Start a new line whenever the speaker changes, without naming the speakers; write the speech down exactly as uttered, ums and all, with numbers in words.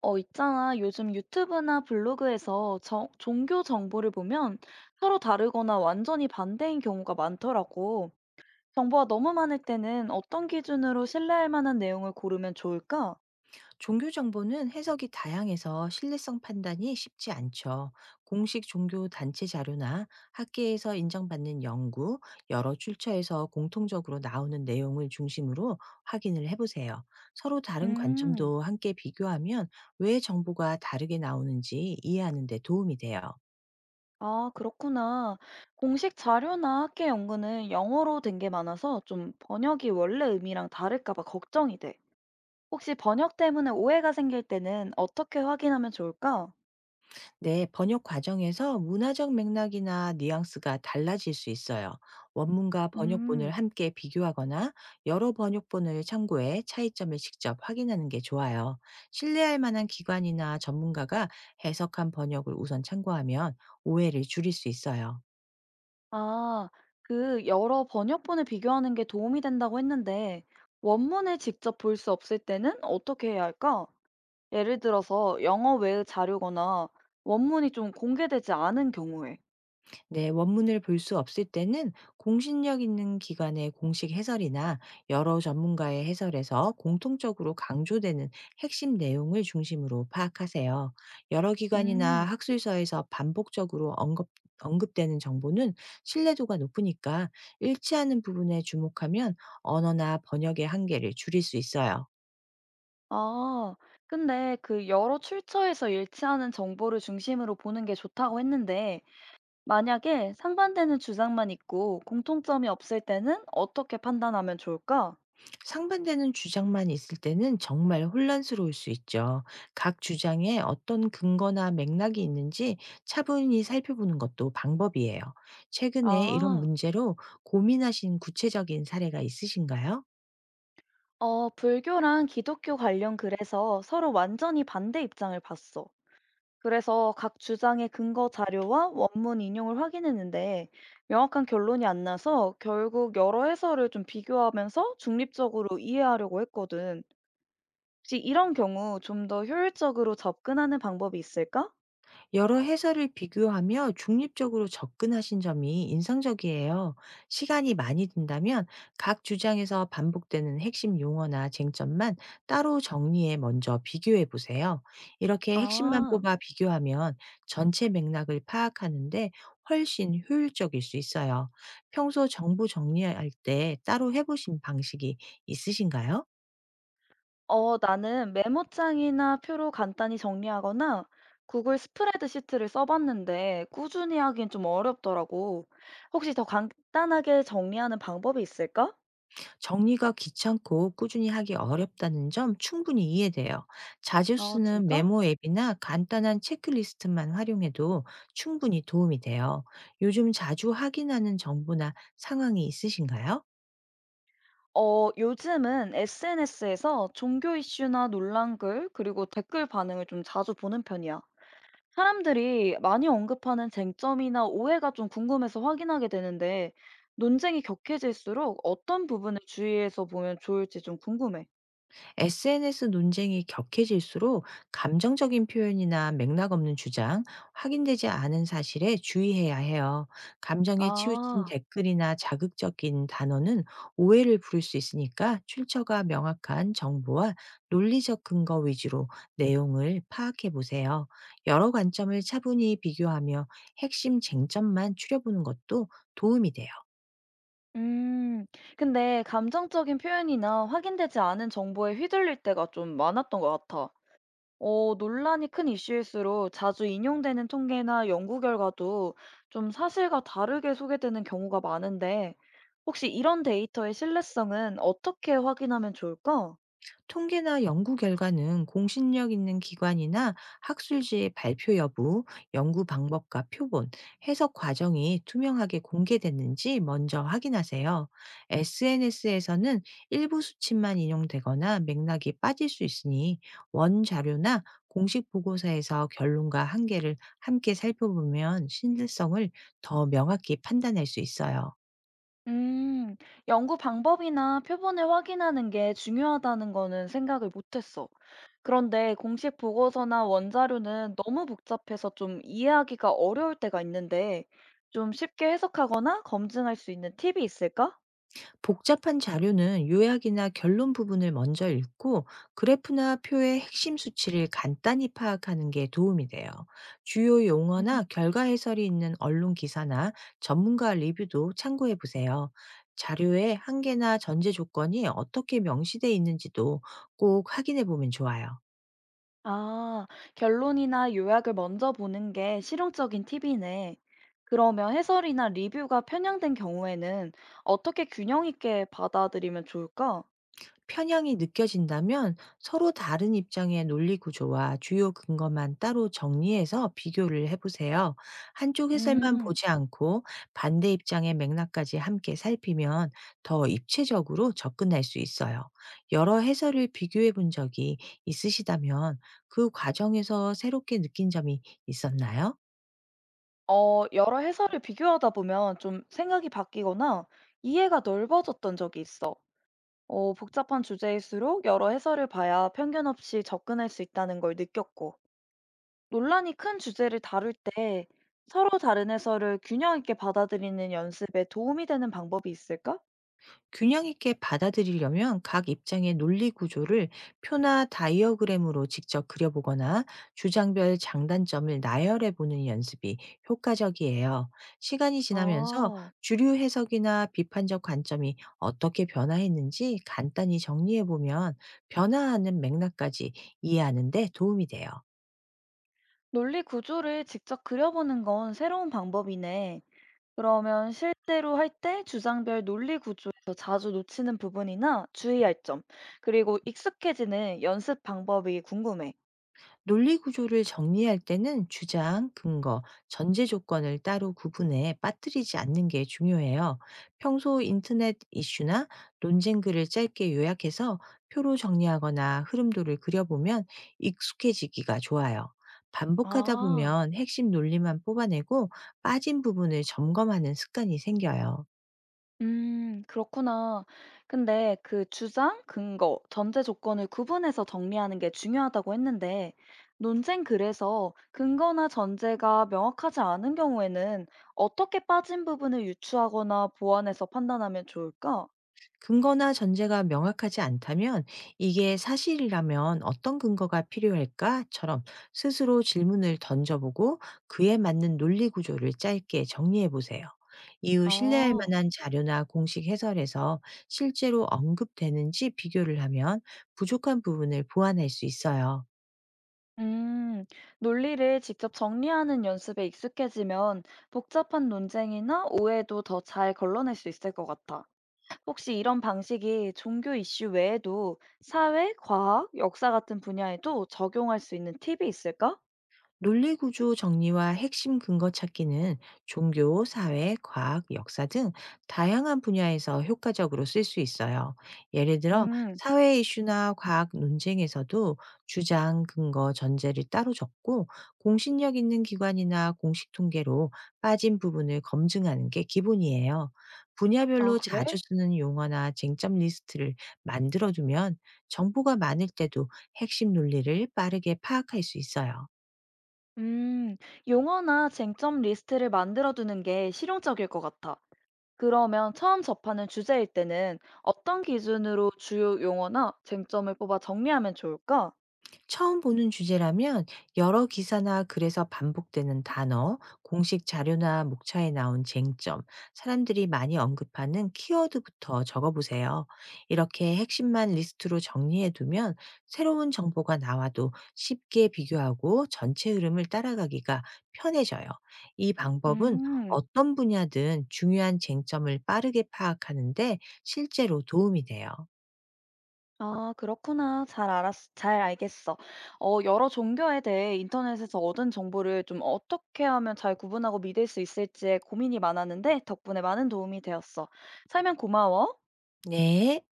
어, 있잖아. 요즘 유튜브나 블로그에서 정- 종교 정보를 보면 서로 다르거나 완전히 반대인 경우가 많더라고. 정보가 너무 많을 때는 어떤 기준으로 신뢰할 만한 내용을 고르면 좋을까?
종교 정보는 해석이 다양해서 신뢰성 판단이 쉽지 않죠. 공식 종교 단체 자료나 학계에서 인정받는 연구, 여러 출처에서 공통적으로 나오는 내용을 중심으로 확인을 해보세요. 서로 다른
음,
관점도 함께 비교하면 왜 정보가 다르게 나오는지 이해하는 데 도움이 돼요.
아, 그렇구나. 공식 자료나 학계 연구는 영어로 된 게 많아서 좀 번역이 원래 의미랑 다를까 봐 걱정이 돼. 혹시 번역 때문에 오해가 생길 때는 어떻게 확인하면 좋을까?
네, 번역 과정에서 문화적 맥락이나 뉘앙스가 달라질 수 있어요. 원문과 번역본을
음.
함께 비교하거나 여러 번역본을 참고해 차이점을 직접 확인하는 게 좋아요. 신뢰할 만한 기관이나 전문가가 해석한 번역을 우선 참고하면 오해를 줄일 수 있어요.
아, 그 여러 번역본을 비교하는 게 도움이 된다고 했는데, 원문을 직접 볼 수 없을 때는 어떻게 해야 할까? 예를 들어서 영어 외의 자료거나 원문이 좀 공개되지 않은 경우에.
네, 원문을 볼 수 없을 때는 공신력 있는 기관의 공식 해설이나 여러 전문가의 해설에서 공통적으로 강조되는 핵심 내용을 중심으로 파악하세요. 여러 기관이나
음,
학술서에서 반복적으로 언급, 언급되는 정보는 신뢰도가 높으니까 일치하는 부분에 주목하면 언어나 번역의 한계를 줄일 수 있어요.
아, 근데 그 여러 출처에서 일치하는 정보를 중심으로 보는 게 좋다고 했는데, 만약에 상반되는 주장만 있고 공통점이 없을 때는 어떻게 판단하면 좋을까?
상반되는 주장만 있을 때는 정말 혼란스러울 수 있죠. 각 주장에 어떤 근거나 맥락이 있는지 차분히 살펴보는 것도 방법이에요. 최근에 이런
아.
문제로 고민하신 구체적인 사례가 있으신가요?
어, 불교랑 기독교 관련 글에서 서로 완전히 반대 입장을 봤어. 그래서 각 주장의 근거 자료와 원문 인용을 확인했는데 명확한 결론이 안 나서 결국 여러 해설을 좀 비교하면서 중립적으로 이해하려고 했거든. 혹시 이런 경우 좀 더 효율적으로 접근하는 방법이 있을까?
여러 해설을 비교하며 중립적으로 접근하신 점이 인상적이에요. 시간이 많이 든다면 각 주장에서 반복되는 핵심 용어나 쟁점만 따로 정리해 먼저 비교해 보세요. 이렇게 핵심만
아.
뽑아 비교하면 전체 맥락을 파악하는데 훨씬 효율적일 수 있어요. 평소 정보 정리할 때 따로 해보신 방식이 있으신가요?
어 나는 메모장이나 표로 간단히 정리하거나 구글 스프레드 시트를 써봤는데 꾸준히 하긴 좀 어렵더라고. 혹시 더 간단하게 정리하는 방법이 있을까?
정리가 귀찮고 꾸준히 하기 어렵다는 점 충분히 이해돼요. 자주
아
쓰는
진짜?
메모 앱이나 간단한 체크리스트만 활용해도 충분히 도움이 돼요. 요즘 자주 확인하는 정보나 상황이 있으신가요?
어 요즘은 에스엔에스에서 종교 이슈나 논란글 그리고 댓글 반응을 좀 자주 보는 편이야. 사람들이 많이 언급하는 쟁점이나 오해가 좀 궁금해서 확인하게 되는데 논쟁이 격해질수록 어떤 부분을 주의해서 보면 좋을지 좀 궁금해.
에스엔에스 논쟁이 격해질수록 감정적인 표현이나 맥락 없는 주장, 확인되지 않은 사실에 주의해야 해요. 감정에 치우친
아.
댓글이나 자극적인 단어는 오해를 부를 수 있으니까 출처가 명확한 정보와 논리적 근거 위주로 내용을 파악해 보세요. 여러 관점을 차분히 비교하며 핵심 쟁점만 추려보는 것도 도움이 돼요.
음. 근데 감정적인 표현이나 확인되지 않은 정보에 휘둘릴 때가 좀 많았던 것 같아. 어, 논란이 큰 이슈일수록 자주 인용되는 통계나 연구 결과도 좀 사실과 다르게 소개되는 경우가 많은데, 혹시 이런 데이터의 신뢰성은 어떻게 확인하면 좋을까?
통계나 연구 결과는 공신력 있는 기관이나 학술지의 발표 여부, 연구 방법과 표본, 해석 과정이 투명하게 공개됐는지 먼저 확인하세요. 에스엔에스에서는 일부 수치만 인용되거나 맥락이 빠질 수 있으니 원 자료나 공식 보고서에서 결론과 한계를 함께 살펴보면 신뢰성을 더 명확히 판단할 수 있어요.
음, 연구 방법이나 표본을 확인하는 게 중요하다는 거는 생각을 못했어. 그런데 공식 보고서나 원자료는 너무 복잡해서 좀 이해하기가 어려울 때가 있는데, 좀 쉽게 해석하거나 검증할 수 있는 팁이 있을까?
복잡한 자료는 요약이나 결론 부분을 먼저 읽고 그래프나 표의 핵심 수치를 간단히 파악하는 게 도움이 돼요. 주요
음,
용어나 결과 해설이 있는 언론 기사나 전문가 리뷰도 참고해 보세요. 자료의 한계나 전제 조건이 어떻게 명시돼 있는지도 꼭 확인해 보면 좋아요.
아, 결론이나 요약을 먼저 보는 게 실용적인 팁이네. 그러면 해설이나 리뷰가 편향된 경우에는 어떻게 균형 있게 받아들이면 좋을까?
편향이 느껴진다면 서로 다른 입장의 논리 구조와 주요 근거만 따로 정리해서 비교를 해보세요. 한쪽 해설만
음.
보지 않고 반대 입장의 맥락까지 함께 살피면 더 입체적으로 접근할 수 있어요. 여러 해설을 비교해 본 적이 있으시다면 그 과정에서 새롭게 느낀 점이 있었나요?
어 여러 해설을 비교하다 보면 좀 생각이 바뀌거나 이해가 넓어졌던 적이 있어. 어, 복잡한 주제일수록 여러 해설을 봐야 편견 없이 접근할 수 있다는 걸 느꼈고, 논란이 큰 주제를 다룰 때 서로 다른 해설을 균형 있게 받아들이는 연습에 도움이 되는 방법이 있을까?
균형 있게 받아들이려면 각 입장의 논리 구조를 표나 다이어그램으로 직접 그려보거나 주장별 장단점을 나열해 보는 연습이 효과적이에요. 시간이 지나면서
아,
주류 해석이나 비판적 관점이 어떻게 변화했는지 간단히 정리해 보면 변화하는 맥락까지 이해하는 데 도움이 돼요.
논리 구조를 직접 그려보는 건 새로운 방법이네. 그러면 실제로 할 때 주장별 논리 구조에서 자주 놓치는 부분이나 주의할 점, 그리고 익숙해지는 연습 방법이 궁금해.
논리 구조를 정리할 때는 주장, 근거, 전제 조건을 따로 구분해 빠뜨리지 않는 게 중요해요. 평소 인터넷 이슈나 논쟁 글을 짧게 요약해서 표로 정리하거나 흐름도를 그려보면 익숙해지기가 좋아요. 반복하다
아,
보면 핵심 논리만 뽑아내고 빠진 부분을 점검하는 습관이 생겨요.
음, 그렇구나. 근데 그 주장, 근거, 전제 조건을 구분해서 정리하는 게 중요하다고 했는데, 논쟁 글에서 근거나 전제가 명확하지 않은 경우에는 어떻게 빠진 부분을 유추하거나 보완해서 판단하면 좋을까?
근거나 전제가 명확하지 않다면 "이게 사실이라면 어떤 근거가 필요할까?"처럼 스스로 질문을 던져보고 그에 맞는 논리 구조를 짧게 정리해 보세요. 이후 신뢰할
아.
만한 자료나 공식 해설에서 실제로 언급되는지 비교를 하면 부족한 부분을 보완할 수 있어요.
음, 논리를 직접 정리하는 연습에 익숙해지면 복잡한 논쟁이나 오해도 더 잘 걸러낼 수 있을 것 같아. 혹시 이런 방식이 종교 이슈 외에도 사회, 과학, 역사 같은 분야에도 적용할 수 있는 팁이 있을까?
논리 구조 정리와 핵심 근거 찾기는 종교, 사회, 과학, 역사 등 다양한 분야에서 효과적으로 쓸 수 있어요. 예를 들어
음,
사회 이슈나 과학 논쟁에서도 주장, 근거, 전제를 따로 적고 공신력 있는 기관이나 공식 통계로 빠진 부분을 검증하는 게 기본이에요.
아,
분야별로 자주
그래?
쓰는 용어나 쟁점 리스트를 만들어두면 정보가 많을 때도 핵심 논리를 빠르게 파악할 수 있어요.
음, 용어나 쟁점 리스트를 만들어두는 게 실용적일 것 같아. 그러면 처음 접하는 주제일 때는 어떤 기준으로 주요 용어나 쟁점을 뽑아 정리하면 좋을까?
처음 보는 주제라면 여러 기사나 글에서 반복되는 단어, 공식 자료나 목차에 나온 쟁점, 사람들이 많이 언급하는 키워드부터 적어보세요. 이렇게 핵심만 리스트로 정리해두면 새로운 정보가 나와도 쉽게 비교하고 전체 흐름을 따라가기가 편해져요. 이 방법은
음.
어떤 분야든 중요한 쟁점을 빠르게 파악하는데 실제로 도움이 돼요.
아, 그렇구나. 잘 알았, 잘 알겠어. 어, 여러 종교에 대해 인터넷에서 얻은 정보를 좀 어떻게 하면 잘 구분하고 믿을 수 있을지에 고민이 많았는데 덕분에 많은 도움이 되었어. 설명 고마워.
네.